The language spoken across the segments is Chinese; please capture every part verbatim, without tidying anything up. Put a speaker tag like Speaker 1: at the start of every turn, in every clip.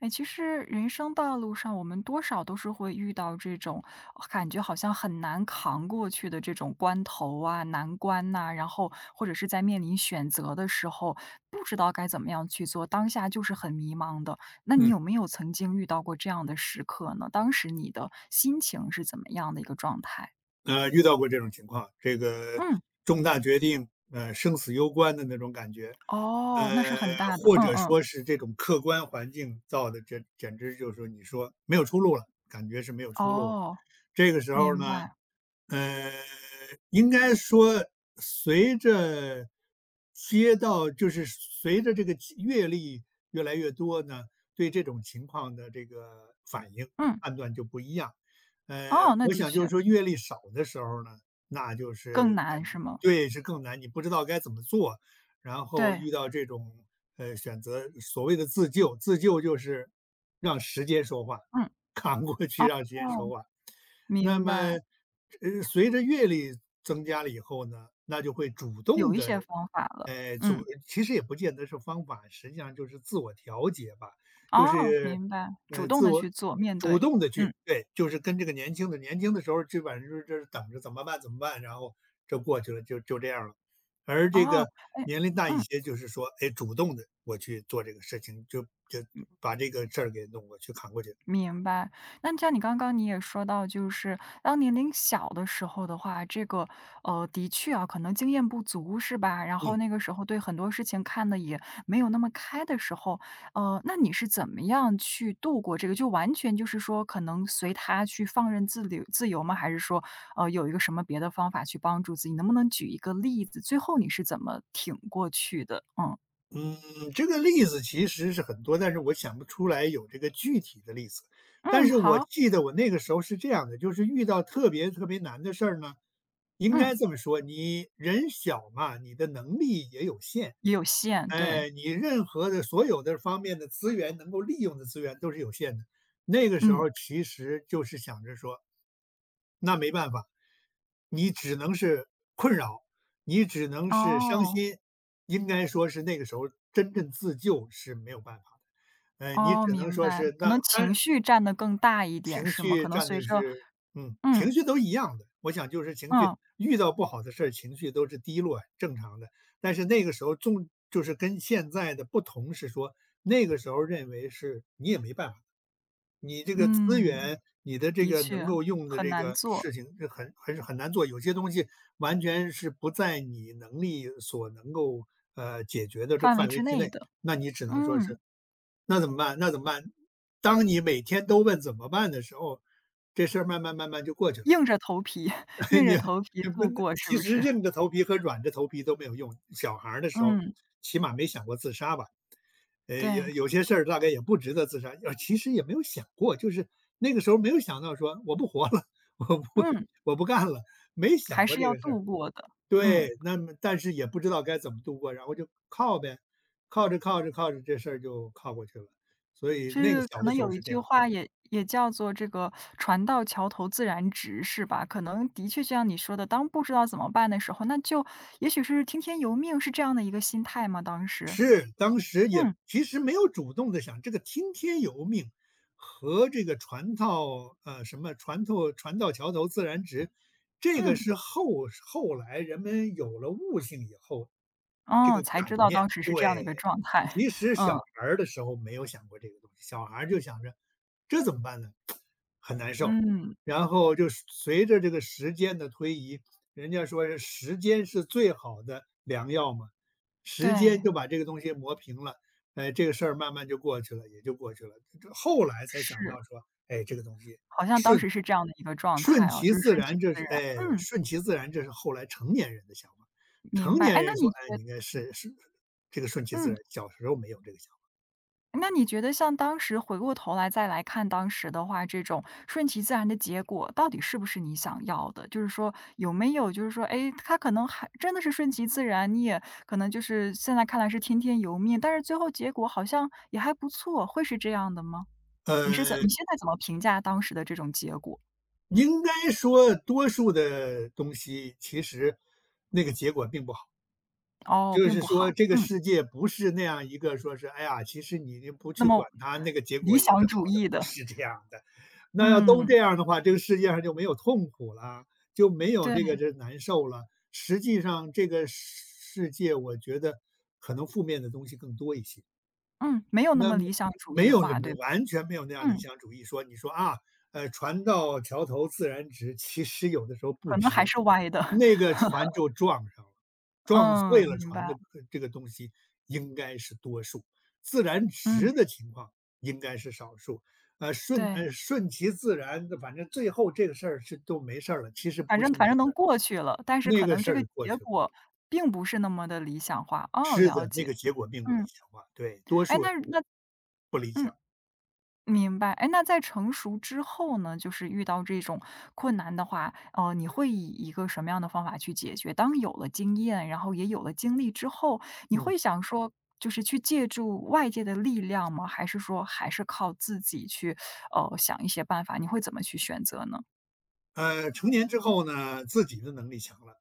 Speaker 1: 哎，其实人生道路上，我们多少都是会遇到这种呃感觉好像很难扛过去的这种关头啊、难关呐、然后或者是在面临选择的时候，不知道该怎么样去做，当下就是很迷茫的。那你
Speaker 2: 嗯，
Speaker 1: 有没有曾经遇到过这样的时刻呢？当时你的心情是怎么样的一个状态？
Speaker 2: 呃，遇到过这种情况，这个
Speaker 1: 嗯。
Speaker 2: 重大决定，呃，生死攸关的那种感觉，
Speaker 1: 哦，那是
Speaker 2: 呃，
Speaker 1: 很大的，
Speaker 2: 或
Speaker 1: 嗯
Speaker 2: 者
Speaker 1: 嗯。
Speaker 2: 说是这种客观环境造的，这简直就是说你说没有出路了，感觉是没有出路了。
Speaker 1: 哦，
Speaker 2: 这个时候
Speaker 1: 明
Speaker 2: 呢，
Speaker 1: 白。
Speaker 2: 呃，应该说随着街道，就是随着这个经阅历越来越多呢，对这种情况的这个反应
Speaker 1: 嗯。
Speaker 2: 判断就不一样。呃，
Speaker 1: 哦，那
Speaker 2: 我
Speaker 1: 的
Speaker 2: 想就
Speaker 1: 确
Speaker 2: 是说阅历少的时候呢，那就
Speaker 1: 更
Speaker 2: 是感
Speaker 1: 难是
Speaker 2: 觉
Speaker 1: 吗？
Speaker 2: 对，是更难，你不知道该怎么做，然后
Speaker 1: 对。
Speaker 2: 遇到这种呃选择，所谓的自救，自救就是让时间说话，
Speaker 1: 嗯。
Speaker 2: 扛过去
Speaker 1: 哦。
Speaker 2: 让时间说话。那
Speaker 1: 明白。
Speaker 2: 么，呃，随着阅历增加了以后呢，那就会主
Speaker 1: 有
Speaker 2: 动
Speaker 1: 一些
Speaker 2: 的，
Speaker 1: 方法了。
Speaker 2: 呃，主
Speaker 1: 嗯。
Speaker 2: 其实也不见得是方法，实际上就是自我调节吧，就
Speaker 1: 哦，
Speaker 2: 是
Speaker 1: 明白，主
Speaker 2: 呃，
Speaker 1: 动
Speaker 2: 自
Speaker 1: 的
Speaker 2: 我
Speaker 1: 去做，面
Speaker 2: 主
Speaker 1: 对。
Speaker 2: 动的
Speaker 1: 嗯。
Speaker 2: 去对，就是跟这个年轻的年轻的时候基本上就是就是等着怎么办怎么办，然后就过去了，就就这样了。而这个
Speaker 1: 哦，哎。
Speaker 2: 年龄大一
Speaker 1: 嗯。
Speaker 2: 些，就是说，哎，主动的我去做这个事情，就就把这个事儿给弄过去扛过去。
Speaker 1: 明白。那像你刚刚你也说到，就是当年龄小的时候的话，这个呃，的确啊，可能经验不足是吧？然后
Speaker 2: 嗯。
Speaker 1: 那个时候对很多事情看得也没有那么开的时候，呃，那你是怎么样去度过这个？就完全就是说，可能随他去放任自流自由吗？还是说，呃，有一个什么别的方法去帮助自己？能不能举一个例子？最后你是怎么挺过去的？嗯
Speaker 2: 嗯，这个例子其实是很多，但是我想不出来有这个具体的例子。但
Speaker 1: 嗯，
Speaker 2: 是我
Speaker 1: 好。
Speaker 2: 记得我那个时候是这样的，就是遇到特别特别难的事儿呢，应
Speaker 1: 嗯，
Speaker 2: 该这么说，你人小嘛，你的能力也有限，
Speaker 1: 也有限，对。
Speaker 2: 哎，你任何的所有的方面的资源能够利用的资源都是有限的。那个时
Speaker 1: 嗯。
Speaker 2: 候其实就是想着说，那没办法，你只能是困扰，你只能是伤
Speaker 1: 哦。
Speaker 2: 心，应该说是那个时候真正自救是没有办法的。呃，你
Speaker 1: 哦，
Speaker 2: 只能
Speaker 1: 明
Speaker 2: 说
Speaker 1: 白，
Speaker 2: 是
Speaker 1: 可
Speaker 2: 那
Speaker 1: 能
Speaker 2: 当
Speaker 1: 情
Speaker 2: 然
Speaker 1: 绪占的更大一点
Speaker 2: 情
Speaker 1: 是吗？可
Speaker 2: 绪
Speaker 1: 能
Speaker 2: 占
Speaker 1: 随
Speaker 2: 的
Speaker 1: 着
Speaker 2: 是嗯，情
Speaker 1: 嗯。
Speaker 2: 绪都一样的。我想就是情绪
Speaker 1: 嗯。
Speaker 2: 遇到不好的事儿，情绪都是低落，正常的。但是那个时候重就是跟现在的不同是说，那个时候认为是你也没办法，你这个资
Speaker 1: 嗯，
Speaker 2: 源，你的这
Speaker 1: 的
Speaker 2: 个能
Speaker 1: 确。
Speaker 2: 够用的
Speaker 1: 很
Speaker 2: 这
Speaker 1: 难
Speaker 2: 个
Speaker 1: 做。
Speaker 2: 事情是很很很难做，有些东西完全是不在你能力所能够呃解决的这个
Speaker 1: 范围
Speaker 2: 范围
Speaker 1: 之
Speaker 2: 之
Speaker 1: 内
Speaker 2: 内。
Speaker 1: 的。
Speaker 2: 那你只能说
Speaker 1: 嗯。
Speaker 2: 是那怎么办？那怎么办？当你每天都问怎么办的时候，这事儿慢慢慢慢就过去了。
Speaker 1: 硬着头皮 硬
Speaker 2: 你
Speaker 1: 着头皮
Speaker 2: 你不
Speaker 1: 度
Speaker 2: 能
Speaker 1: 过是
Speaker 2: 其
Speaker 1: 不
Speaker 2: 实
Speaker 1: 是？
Speaker 2: 硬着头皮和软着头皮都没有用。小孩儿的时候，
Speaker 1: 嗯。
Speaker 2: 起码没想过自杀吧？呃，有
Speaker 1: 对。
Speaker 2: 有些事儿大概也不值得自杀，呃，其实也没有想过，就是那个时候没有想到说我不活了，我不
Speaker 1: 嗯。
Speaker 2: 我不干了，没想
Speaker 1: 还
Speaker 2: 过
Speaker 1: 是
Speaker 2: 这
Speaker 1: 要
Speaker 2: 个事
Speaker 1: 度
Speaker 2: 儿。
Speaker 1: 过的。嗯。
Speaker 2: 对，那么但是也不知道该怎么度过，然后就靠呗，靠着靠着靠着这事儿就靠过去了，所以
Speaker 1: 这
Speaker 2: 那个
Speaker 1: 个
Speaker 2: 小
Speaker 1: 可
Speaker 2: 的
Speaker 1: 能
Speaker 2: 时候
Speaker 1: 有一
Speaker 2: 是这
Speaker 1: 句
Speaker 2: 样。的。
Speaker 1: 话也也叫做这个“船到桥头自然直”是吧？可能的确就像你说的，当不知道怎么办的时候，那就也许是听天由命，是这样的一个心态吗？当时？
Speaker 2: 是，当时也
Speaker 1: 嗯。
Speaker 2: 其实没有主动的想这个听天由命和这个船到呃，什么船头船到桥头自然直，这个
Speaker 1: 嗯。
Speaker 2: 是后后来人们有了悟性以后，这
Speaker 1: 哦，
Speaker 2: 个
Speaker 1: 才知
Speaker 2: 感
Speaker 1: 道
Speaker 2: 念。
Speaker 1: 当时是这样的一个
Speaker 2: 对，
Speaker 1: 状态。
Speaker 2: 其实小
Speaker 1: 嗯。
Speaker 2: 孩儿的时候没有想过这个东西，小孩儿就想着这怎么办呢？很难受。
Speaker 1: 嗯。
Speaker 2: 然后就是随着这个时间的推移，人家说是时间是最好的良药嘛。时间
Speaker 1: 对。
Speaker 2: 就把这个东西磨平了，哎，这个事儿慢慢就过去了，也就过去了。这后来才想
Speaker 1: 是。
Speaker 2: 到说，哎，这个东西
Speaker 1: 好像当
Speaker 2: 顺
Speaker 1: 时是这样的一个状态
Speaker 2: 顺
Speaker 1: 哦，
Speaker 2: 其
Speaker 1: 就是
Speaker 2: 自
Speaker 1: 顺其
Speaker 2: 然，这
Speaker 1: 自然。
Speaker 2: 是哎，
Speaker 1: 嗯，
Speaker 2: 顺其自然，这是后来成年人的想法。
Speaker 1: 明
Speaker 2: 成
Speaker 1: 白。哎，
Speaker 2: 年
Speaker 1: 那
Speaker 2: 人说，
Speaker 1: 你觉
Speaker 2: 哎，你应该是是这个顺其自
Speaker 1: 嗯，
Speaker 2: 然，小时候没有这个想法。
Speaker 1: 那你觉得像当时回过头来再来看当时的话，这种顺其自然的结果到底是不是你想要的？就是说有没有就是说，哎，他可能还真的是顺其自然，你也可能就是现在看来是听天由命，但是最后结果好像也还不错，会是这样的吗？你是怎你
Speaker 2: 呃，
Speaker 1: 现在怎么评价当时的这种结果？
Speaker 2: 应该说多数的东西其实那个结果并不好。
Speaker 1: 哦，
Speaker 2: 就
Speaker 1: 并
Speaker 2: 是
Speaker 1: 不
Speaker 2: 说
Speaker 1: 好。
Speaker 2: 这个
Speaker 1: 嗯。
Speaker 2: 世界不是那样一个说是，哎呀，其实你不
Speaker 1: 那
Speaker 2: 去
Speaker 1: 么
Speaker 2: 管它，那个结
Speaker 1: 理
Speaker 2: 果也
Speaker 1: 想
Speaker 2: 是
Speaker 1: 主
Speaker 2: 好的，
Speaker 1: 义
Speaker 2: 不
Speaker 1: 的。
Speaker 2: 是这样的。那要都
Speaker 1: 嗯。
Speaker 2: 这样的话，这个世界上就没有痛苦了，就没有
Speaker 1: 对。
Speaker 2: 这个这难受了。实际上这个世界，我觉得可能负面的东西更多一些。
Speaker 1: 嗯，没有那
Speaker 2: 那
Speaker 1: 么
Speaker 2: 么
Speaker 1: 理想主义
Speaker 2: 没有那
Speaker 1: 化，
Speaker 2: 么
Speaker 1: 对吧？
Speaker 2: 完全没有那样理
Speaker 1: 嗯。
Speaker 2: 想主义说，你说啊，呃，船到桥头自然直，其实有的时候不
Speaker 1: 可能还
Speaker 2: 直，
Speaker 1: 是歪的。
Speaker 2: 那 个船就撞上了，撞
Speaker 1: 嗯，
Speaker 2: 碎了
Speaker 1: 明
Speaker 2: 船
Speaker 1: 白。
Speaker 2: 的呃这个东西应该是多数，自然
Speaker 1: 嗯。
Speaker 2: 直的情况应该是少数。呃，顺
Speaker 1: 对。
Speaker 2: 呃顺其自然的，反正最后这个事儿是都没事儿了。其实
Speaker 1: 反
Speaker 2: 不
Speaker 1: 正
Speaker 2: 是
Speaker 1: 反
Speaker 2: 没
Speaker 1: 正
Speaker 2: 事
Speaker 1: 能
Speaker 2: 儿，
Speaker 1: 过去了，但是
Speaker 2: 那
Speaker 1: 可
Speaker 2: 个
Speaker 1: 能
Speaker 2: 事
Speaker 1: 这个
Speaker 2: 儿过
Speaker 1: 结
Speaker 2: 去了。
Speaker 1: 果并不是那么的理想化。哦，
Speaker 2: 是
Speaker 1: 了
Speaker 2: 的，那
Speaker 1: 解。
Speaker 2: 个结果并不理
Speaker 1: 嗯。
Speaker 2: 想化，对，多
Speaker 1: 哎，
Speaker 2: 数
Speaker 1: 那那
Speaker 2: 不理想。
Speaker 1: 嗯。明白。哎，那在成熟之后呢，就是遇到这种困难的话，呃，你会以一个什么样的方法去解决？当有了经验，然后也有了经历之后，你
Speaker 2: 嗯。
Speaker 1: 会想说，就是去借助外界的力量吗？还是说还是靠自己去，呃，想一些办法？你会怎么去选择呢？
Speaker 2: 呃，成年之后呢，自己的能力强了，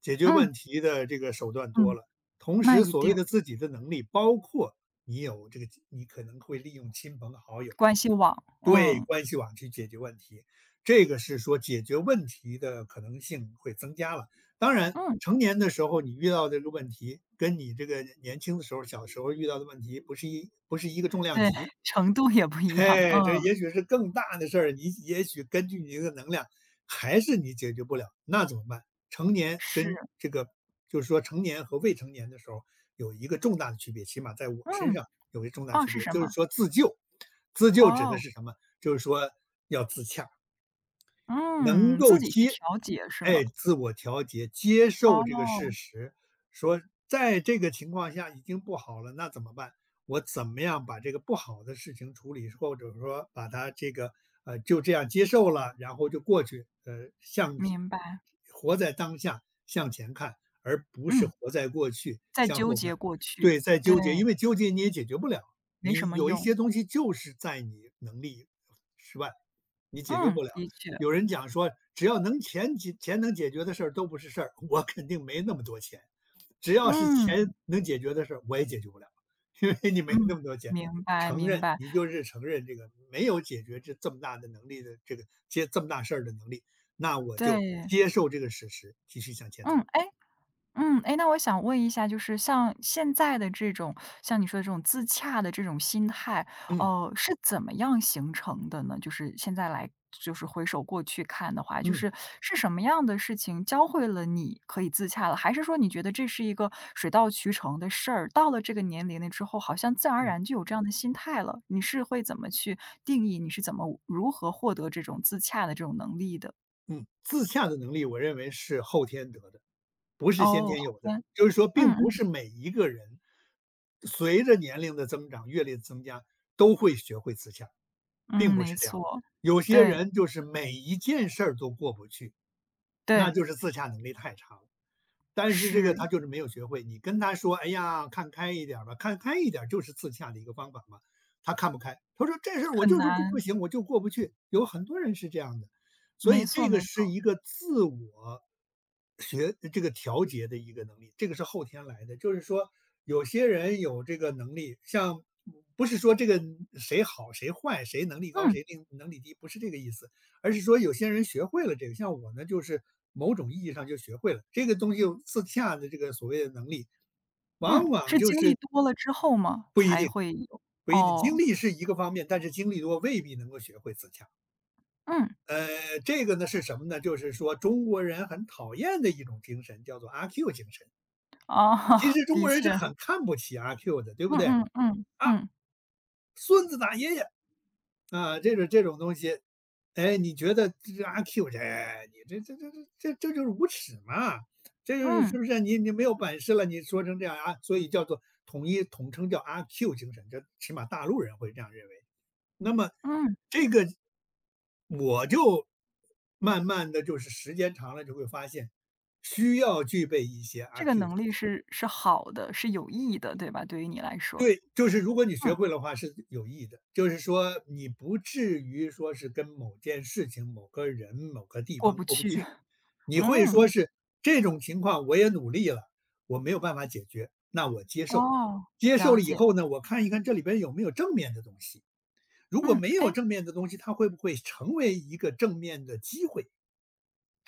Speaker 2: 解决
Speaker 1: 嗯
Speaker 2: 问题的这个手段多
Speaker 1: 嗯。
Speaker 2: 了。同
Speaker 1: 那
Speaker 2: 时，
Speaker 1: 一
Speaker 2: 所
Speaker 1: 定。
Speaker 2: 谓的自己的能力，包括你有这个，你可能会利用亲朋好友
Speaker 1: 关系网。
Speaker 2: 对
Speaker 1: 嗯
Speaker 2: 关系网去解决问题，这个是说解决问题的可能性会增加了。当然，
Speaker 1: 嗯。
Speaker 2: 成年的时候你遇到的这个问题，跟你这个年轻的时候、小时候遇到的问题不是一不是一个重 量
Speaker 1: 对。
Speaker 2: 级，
Speaker 1: 程度也不 一样。
Speaker 2: 嘿，这
Speaker 1: 嗯。
Speaker 2: 也许是更大的事儿，你也许根据你的能量，还是你解决不了，那怎么办？成年
Speaker 1: 是。
Speaker 2: 跟这个就是说成年和未成年的时候有一个重大的区别，起码在我身
Speaker 1: 嗯。
Speaker 2: 上有一个重大
Speaker 1: 哦，
Speaker 2: 区
Speaker 1: 是
Speaker 2: 别，
Speaker 1: 什
Speaker 2: 就是
Speaker 1: 么？
Speaker 2: 说自救。自救指的
Speaker 1: 哦。
Speaker 2: 是什么？就是说要自洽，能
Speaker 1: 嗯，自
Speaker 2: 够
Speaker 1: 己去
Speaker 2: 接
Speaker 1: 调节是吗？
Speaker 2: 哎，自我调节，接受这个事
Speaker 1: 哦。
Speaker 2: 实，说在这个情况下已经不好了，那怎么办？我怎么样把这个不好的事情处理，或者说把它这个呃就这样接受了，然后就过去，呃，向
Speaker 1: 明白。
Speaker 2: 活在当下向前看，而不是
Speaker 1: 嗯。
Speaker 2: 活在过去
Speaker 1: 在
Speaker 2: 向
Speaker 1: 纠
Speaker 2: 后看。
Speaker 1: 结过去。
Speaker 2: 对，在
Speaker 1: 对。
Speaker 2: 纠结，因为纠结你也解决不了，
Speaker 1: 没什
Speaker 2: 你
Speaker 1: 么
Speaker 2: 有一
Speaker 1: 用。
Speaker 2: 些东西就是在你能力之外，你解决
Speaker 1: 嗯，
Speaker 2: 不了。
Speaker 1: 的确。
Speaker 2: 有人讲说，只要能钱解钱能解决的事儿都不是事儿，我肯定没那么多钱。只要是
Speaker 1: 嗯。
Speaker 2: 钱能解决的事儿，我也解决不了，因为你没那
Speaker 1: 嗯。
Speaker 2: 么多钱。
Speaker 1: 明白
Speaker 2: 承
Speaker 1: 明
Speaker 2: 认，
Speaker 1: 白。
Speaker 2: 你就是承认这个没有解决这这么大的能力的这个接这么大事儿的能力，那我就
Speaker 1: 对。
Speaker 2: 接受这个事实，继续向前
Speaker 1: 嗯。
Speaker 2: 走。
Speaker 1: 哎。嗯。哎，那我想问一下，就是像现在的这种像你说的这种自洽的这种心态，
Speaker 2: 嗯
Speaker 1: 呃，是怎么样形成的呢？就是现在来就是回首过去看的话，就
Speaker 2: 嗯
Speaker 1: 是是什么样的事情教会了你可以自洽了？还是说你觉得这是一个水到渠成的事儿，到了这个年龄了之后，好像自然而
Speaker 2: 嗯
Speaker 1: 然就有这样的心态了？你是会怎么去定义？你是怎么如何获得这种自洽的这种能力的？
Speaker 2: 嗯，自洽的能力，我认为是后天得的，不是先
Speaker 1: 哦，
Speaker 2: 天
Speaker 1: 好
Speaker 2: 有的，
Speaker 1: 宽。
Speaker 2: 就是说
Speaker 1: 嗯
Speaker 2: 并不
Speaker 1: 嗯
Speaker 2: 是每一个人随着年龄的增长、阅历的增加都会学会自洽，并
Speaker 1: 嗯。
Speaker 2: 不
Speaker 1: 没
Speaker 2: 是这样
Speaker 1: 错。
Speaker 2: 的。有些
Speaker 1: 对
Speaker 2: 人就是每一件事儿都过不去，那
Speaker 1: 对。
Speaker 2: 就是自洽能力太差了。但是这个
Speaker 1: 是。
Speaker 2: 他就是没有学会，你跟他说："哎呀，看开一点儿吧，看开一点儿就是自洽的一个方法嘛。"他看不开，他说："这事儿我
Speaker 1: 很
Speaker 2: 就是过不
Speaker 1: 难。
Speaker 2: 行，我就过不去。"有很多人是这样的，所
Speaker 1: 没
Speaker 2: 以
Speaker 1: 错
Speaker 2: 这个
Speaker 1: 没
Speaker 2: 是
Speaker 1: 错。
Speaker 2: 一个自我学这个调节的一个能力，这个是后天来的。就是说，有些人有这个能力，像不是说这个谁好谁坏，谁能力高
Speaker 1: 嗯。
Speaker 2: 谁能能力低，不是这个意思，而是说有些人学会了这个，像我呢，就是某种意义上就学会了这个东西，自洽的这个所谓的能力，往
Speaker 1: 嗯，
Speaker 2: 往
Speaker 1: 是
Speaker 2: 就
Speaker 1: 经历
Speaker 2: 是
Speaker 1: 多了之后嘛，
Speaker 2: 不一
Speaker 1: 才
Speaker 2: 定，
Speaker 1: 会有。
Speaker 2: 不一定，经
Speaker 1: 哦。
Speaker 2: 历是一个方面，但是经历多未必能够学会自洽。
Speaker 1: 嗯。
Speaker 2: 呃，这个呢是什么呢？就是说中国人很讨厌的一种精神，叫做阿 Q 精神。
Speaker 1: 哦，
Speaker 2: 其 实中
Speaker 1: 的
Speaker 2: 国人是
Speaker 1: 确。
Speaker 2: 很看不起阿 Q 的，对不
Speaker 1: 嗯
Speaker 2: 对？
Speaker 1: 嗯嗯。
Speaker 2: 啊，
Speaker 1: 嗯。
Speaker 2: 孙子打爷爷，啊，这种这种东西，哎，你觉得这阿 Q 这，你这这这这这这就是无耻嘛？这就是
Speaker 1: 嗯。
Speaker 2: 是不是你你没有本事了？你说成这样啊，所以叫做统一统称叫阿 Q 精神，这起码大陆人会这样认为。那么
Speaker 1: 嗯。
Speaker 2: 这个我就慢慢的就是时间长了就会发现，需要具备一些
Speaker 1: 这
Speaker 2: 阿
Speaker 1: 个
Speaker 2: Q 精
Speaker 1: 能力
Speaker 2: 神。
Speaker 1: 是是好的，是有意义的，对吧？对于你来说。
Speaker 2: 对，就是如果你学
Speaker 1: 嗯。
Speaker 2: 会的话是有益的，就是说你不至于说是跟某件事情、某个人、某个地
Speaker 1: 过
Speaker 2: 方
Speaker 1: 不
Speaker 2: 过不
Speaker 1: 去。
Speaker 2: 去，你会说
Speaker 1: 嗯。
Speaker 2: 是这种情况我也努力了，我没有办法解决，那我接受，
Speaker 1: 哦，
Speaker 2: 接受
Speaker 1: 了
Speaker 2: 了以
Speaker 1: 解。
Speaker 2: 后呢，我看一看这里边有没有正面的东西，如果
Speaker 1: 嗯。
Speaker 2: 没有
Speaker 1: 哎，
Speaker 2: 正面的东西，它会不会成为一个正面的机会？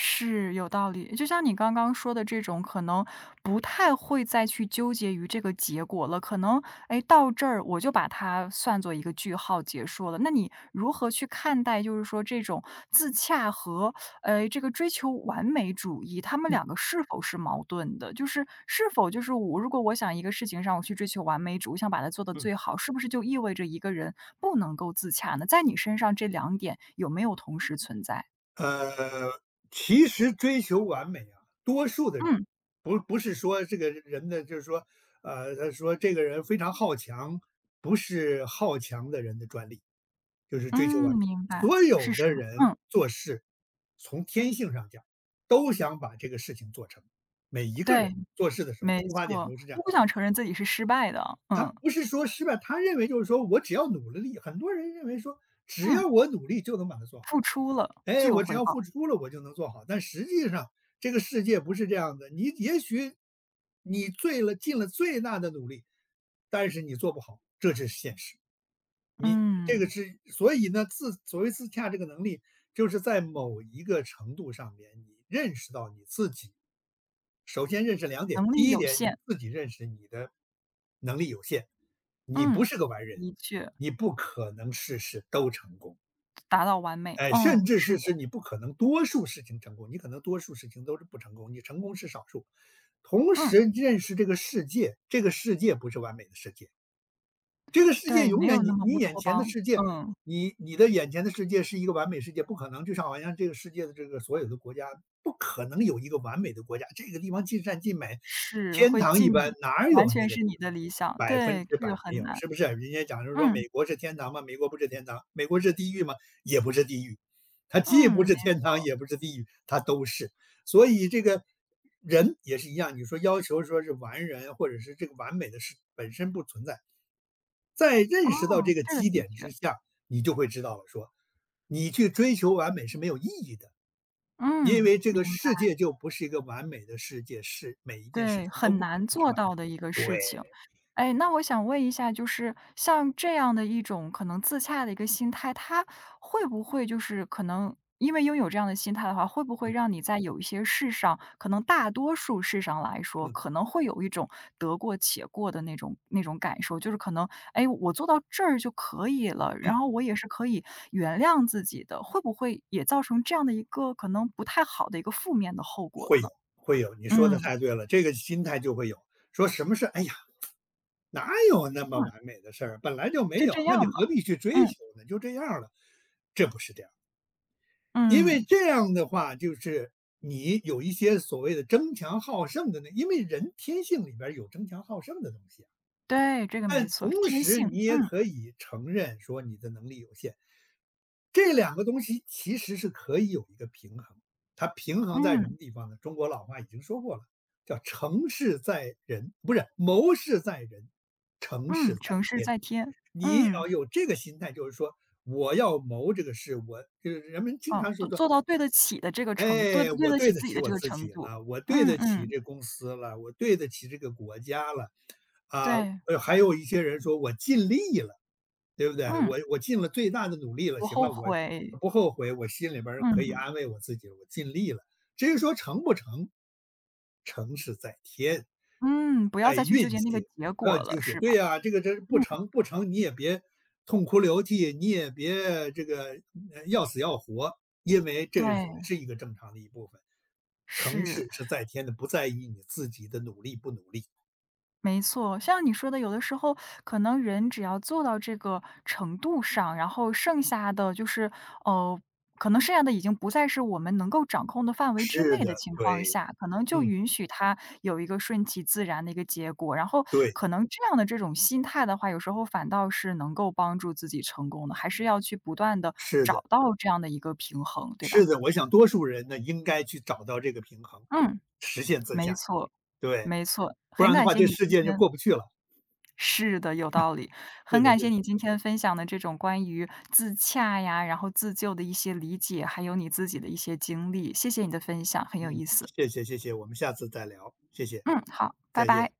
Speaker 1: 是，有道理。就像你刚刚说的这种，可能不太会再去纠结于这个结果了。可能，哎，到这儿我就把它算作一个句号结束了。那你如何去看待，就是说这种自洽和呃这个追求完美主义，他们
Speaker 2: 嗯。
Speaker 1: 两个是否是矛盾的？就是是否就是我如果我想一个事情上我去追求完美主义，想把它做得
Speaker 2: 嗯。
Speaker 1: 最好，是不是就意味着一个人不能够自洽呢？在你身上这两点有没有同时存在？
Speaker 2: 呃，其实追求完美啊，多数的人，
Speaker 1: 嗯。
Speaker 2: 不不是说这个人的，就是说，呃，他说这个人非常好强，不是好强的人的专利，就是追求
Speaker 1: 嗯，
Speaker 2: 完美。
Speaker 1: 明白，
Speaker 2: 所
Speaker 1: 是
Speaker 2: 有
Speaker 1: 什
Speaker 2: 的
Speaker 1: 么？
Speaker 2: 人
Speaker 1: 嗯。
Speaker 2: 做事，从天性上讲，都想把这个事情做成。每一个人
Speaker 1: 对，
Speaker 2: 做事的时候，
Speaker 1: 没
Speaker 2: 出发点
Speaker 1: 错，
Speaker 2: 都是这样。
Speaker 1: 都不想承认自己是失败的。
Speaker 2: 他
Speaker 1: 嗯。
Speaker 2: 不是说失败，他认为就是说我只要努了力。很多人认为说，只
Speaker 1: 嗯。
Speaker 2: 要我努力就能把它做
Speaker 1: 付
Speaker 2: 好。
Speaker 1: 出了就
Speaker 2: 哎，
Speaker 1: 有
Speaker 2: 我只
Speaker 1: 回
Speaker 2: 要
Speaker 1: 报。
Speaker 2: 付出了，我就能做好。但实际上，这个世界不是这样的。你也许你最了尽了最大的努力，但是你做不好，这就是现实。你这个
Speaker 1: 嗯。
Speaker 2: 是，所以呢，自所谓自洽这个能力，就是在某一个程度上面，你认识到你自己。首先认识两点，
Speaker 1: 能
Speaker 2: 第
Speaker 1: 力
Speaker 2: 一
Speaker 1: 有
Speaker 2: 点，你
Speaker 1: 限。
Speaker 2: 自己认识你的能力有限，你不
Speaker 1: 嗯，
Speaker 2: 是个完人，
Speaker 1: 的确。
Speaker 2: 你不可能事事都成功。
Speaker 1: 达到完美。
Speaker 2: 哎，
Speaker 1: 嗯，
Speaker 2: 甚至
Speaker 1: 是
Speaker 2: 是
Speaker 1: 的。
Speaker 2: 是你不可能多数事情成功，你可能多数事情都是不成功，你成功是少数。同
Speaker 1: 嗯。
Speaker 2: 时认识这个世界，这个世界不是完美的世界。这个世界
Speaker 1: 对，没
Speaker 2: 永
Speaker 1: 有
Speaker 2: 远
Speaker 1: 那
Speaker 2: 你
Speaker 1: 么乌
Speaker 2: 你眼
Speaker 1: 托
Speaker 2: 前的
Speaker 1: 邦。
Speaker 2: 世界，
Speaker 1: 嗯。
Speaker 2: 你你的眼前的世界是一个完美世界，不可能。就像好像这个世界的这个所有的国家，不可能有一个完美的国家。这个地方尽善尽美，
Speaker 1: 是
Speaker 2: 天
Speaker 1: 会
Speaker 2: 堂一
Speaker 1: 尽
Speaker 2: 般，
Speaker 1: 你
Speaker 2: 哪
Speaker 1: 完
Speaker 2: 有那
Speaker 1: 全
Speaker 2: 个
Speaker 1: 是
Speaker 2: 地
Speaker 1: 你的
Speaker 2: 方
Speaker 1: 理想，
Speaker 2: 百分
Speaker 1: 对，
Speaker 2: 之
Speaker 1: 这
Speaker 2: 百
Speaker 1: 个
Speaker 2: 没
Speaker 1: 很
Speaker 2: 有？
Speaker 1: 难。
Speaker 2: 是不是？人家讲就是说，
Speaker 1: 嗯。
Speaker 2: 美国是天堂吗？美国不是天堂，美国是地狱吗？也不是地狱，它既
Speaker 1: 嗯，
Speaker 2: 不
Speaker 1: 没
Speaker 2: 是天堂，也不是地狱，它都是。所以这个。人也是一样，你说要求说是完人，或者是这个完美的事本身不存在，在认识到
Speaker 1: 哦，
Speaker 2: 这个
Speaker 1: 这个的
Speaker 2: 基点
Speaker 1: 确。
Speaker 2: 之下，你就会知道了说，你去追求完美是没有意义的，因
Speaker 1: 嗯，
Speaker 2: 为这
Speaker 1: 明
Speaker 2: 个世界就不是一个完美的世界，是每一件事
Speaker 1: 对，
Speaker 2: 情都
Speaker 1: 很
Speaker 2: 不可
Speaker 1: 难
Speaker 2: 能是
Speaker 1: 做
Speaker 2: 完美
Speaker 1: 到
Speaker 2: 的。
Speaker 1: 的一个事
Speaker 2: 对，
Speaker 1: 情。哎，那我想问一下，就是像这样的一种可能自洽的一个心态，它会不会就是可能因为拥有这样的心态的话，会不会
Speaker 2: 嗯
Speaker 1: 让你在有一些事上，可能大多数事上来说，
Speaker 2: 嗯
Speaker 1: 可能会有一种得过且过的那种那种感受，就是可能，哎，我做到这儿就可以了，然
Speaker 2: 嗯，
Speaker 1: 后我也是可以原谅自己的，会不会也造成这样的一个可能不太好的一个负面的后果
Speaker 2: 会有
Speaker 1: 呢？
Speaker 2: 会有，你说的
Speaker 1: 嗯。
Speaker 2: 太对了，这个心态就会有。说什么事？哎呀，哪有那么完美的事儿？本来就没
Speaker 1: 就
Speaker 2: 有，
Speaker 1: 这
Speaker 2: 那
Speaker 1: 样
Speaker 2: 你
Speaker 1: 吧。
Speaker 2: 何必去追
Speaker 1: 嗯。
Speaker 2: 求呢？就这样了，这不是这样。因为
Speaker 1: 嗯。
Speaker 2: 这样的话，就是你有一些所谓的争强好胜的那，因为人天性里边儿有争强好胜的东西啊，
Speaker 1: 对，这个没
Speaker 2: 但
Speaker 1: 错，
Speaker 2: 同
Speaker 1: 天
Speaker 2: 时
Speaker 1: 性。
Speaker 2: 你也
Speaker 1: 嗯。
Speaker 2: 可以承认说你的能力有限，这两个东西其实是可以有一个平衡。它平衡在什
Speaker 1: 嗯。
Speaker 2: 么地方呢？中国老话已经说过了，叫成事在人，不是谋事在人，成事
Speaker 1: 嗯。
Speaker 2: 在
Speaker 1: 成事
Speaker 2: 天。
Speaker 1: 在天。
Speaker 2: 你
Speaker 1: 嗯。
Speaker 2: 要有这个心态，就是说我要谋这个事，我就是人们经
Speaker 1: 哦，
Speaker 2: 常说
Speaker 1: 做
Speaker 2: 说
Speaker 1: 做到对得起的这个程对
Speaker 2: 哎，
Speaker 1: 对
Speaker 2: 我
Speaker 1: 得起
Speaker 2: 对得
Speaker 1: 自己
Speaker 2: 起
Speaker 1: 的这
Speaker 2: 我
Speaker 1: 个
Speaker 2: 自
Speaker 1: 程
Speaker 2: 己
Speaker 1: 度。
Speaker 2: 了，我对
Speaker 1: 嗯
Speaker 2: 得起
Speaker 1: 嗯。
Speaker 2: 这公司了，我对得起这个国家了，啊，
Speaker 1: 对。
Speaker 2: 呃，还有一些人说我尽力了，对不对？
Speaker 1: 嗯。
Speaker 2: 我我尽了最大的努力了，
Speaker 1: 不
Speaker 2: 行
Speaker 1: 后
Speaker 2: 了，
Speaker 1: 悔。
Speaker 2: 我不后悔，我心里边儿可以
Speaker 1: 嗯。
Speaker 2: 安慰我自己了，我尽力了。至于说成不成，成是在天，
Speaker 1: 嗯，不要
Speaker 2: 在
Speaker 1: 再去
Speaker 2: 运
Speaker 1: 纠结那个
Speaker 2: 气。
Speaker 1: 结
Speaker 2: 不要
Speaker 1: 果了，
Speaker 2: 纠结，
Speaker 1: 是吧？
Speaker 2: 对呀，这个这
Speaker 1: 嗯。
Speaker 2: 不成不成，你也别痛哭流涕，你也别这个呃要死要活，因为这个也
Speaker 1: 对。
Speaker 2: 是一个正常的一部分。成
Speaker 1: 是。
Speaker 2: 事是在天的，不在于你自己的努力不努力。
Speaker 1: 没错，像你说的，有的时候可能人只要做到这个程度上，然后剩下的就是，呃，可能剩下的已经不再是我们能够掌控的范围之
Speaker 2: 是
Speaker 1: 内的
Speaker 2: 的，
Speaker 1: 情况
Speaker 2: 对，
Speaker 1: 下，可能就
Speaker 2: 嗯，
Speaker 1: 允许它有一个顺其自然的一个结果。然后
Speaker 2: 对，
Speaker 1: 可能这样的这种心态的话，有时候反倒是能够帮助自己成功的，还是要去不断的
Speaker 2: 是
Speaker 1: 找
Speaker 2: 的，
Speaker 1: 到这样的一个平衡，对吧？
Speaker 2: 是的。我想多数人呢，应该去找到这个平衡，
Speaker 1: 嗯。
Speaker 2: 实现自
Speaker 1: 没
Speaker 2: 洽。
Speaker 1: 错，
Speaker 2: 对，
Speaker 1: 没错，
Speaker 2: 不
Speaker 1: 很
Speaker 2: 然的
Speaker 1: 感
Speaker 2: 话，
Speaker 1: 谢
Speaker 2: 这
Speaker 1: 你今
Speaker 2: 世界就
Speaker 1: 天
Speaker 2: 过不去了。
Speaker 1: 是的，有道理。
Speaker 2: 是
Speaker 1: 很
Speaker 2: 的，
Speaker 1: 感
Speaker 2: 是
Speaker 1: 谢
Speaker 2: 的，
Speaker 1: 你今天分享的这种关于自洽呀，然后自救的一些理解，还有你自己的一些经历，谢谢你的分享，很有
Speaker 2: 嗯，
Speaker 1: 意思。
Speaker 2: 谢谢，谢谢，我们下次再聊，谢谢，
Speaker 1: 嗯，好，拜
Speaker 2: 再
Speaker 1: 拜。
Speaker 2: 见。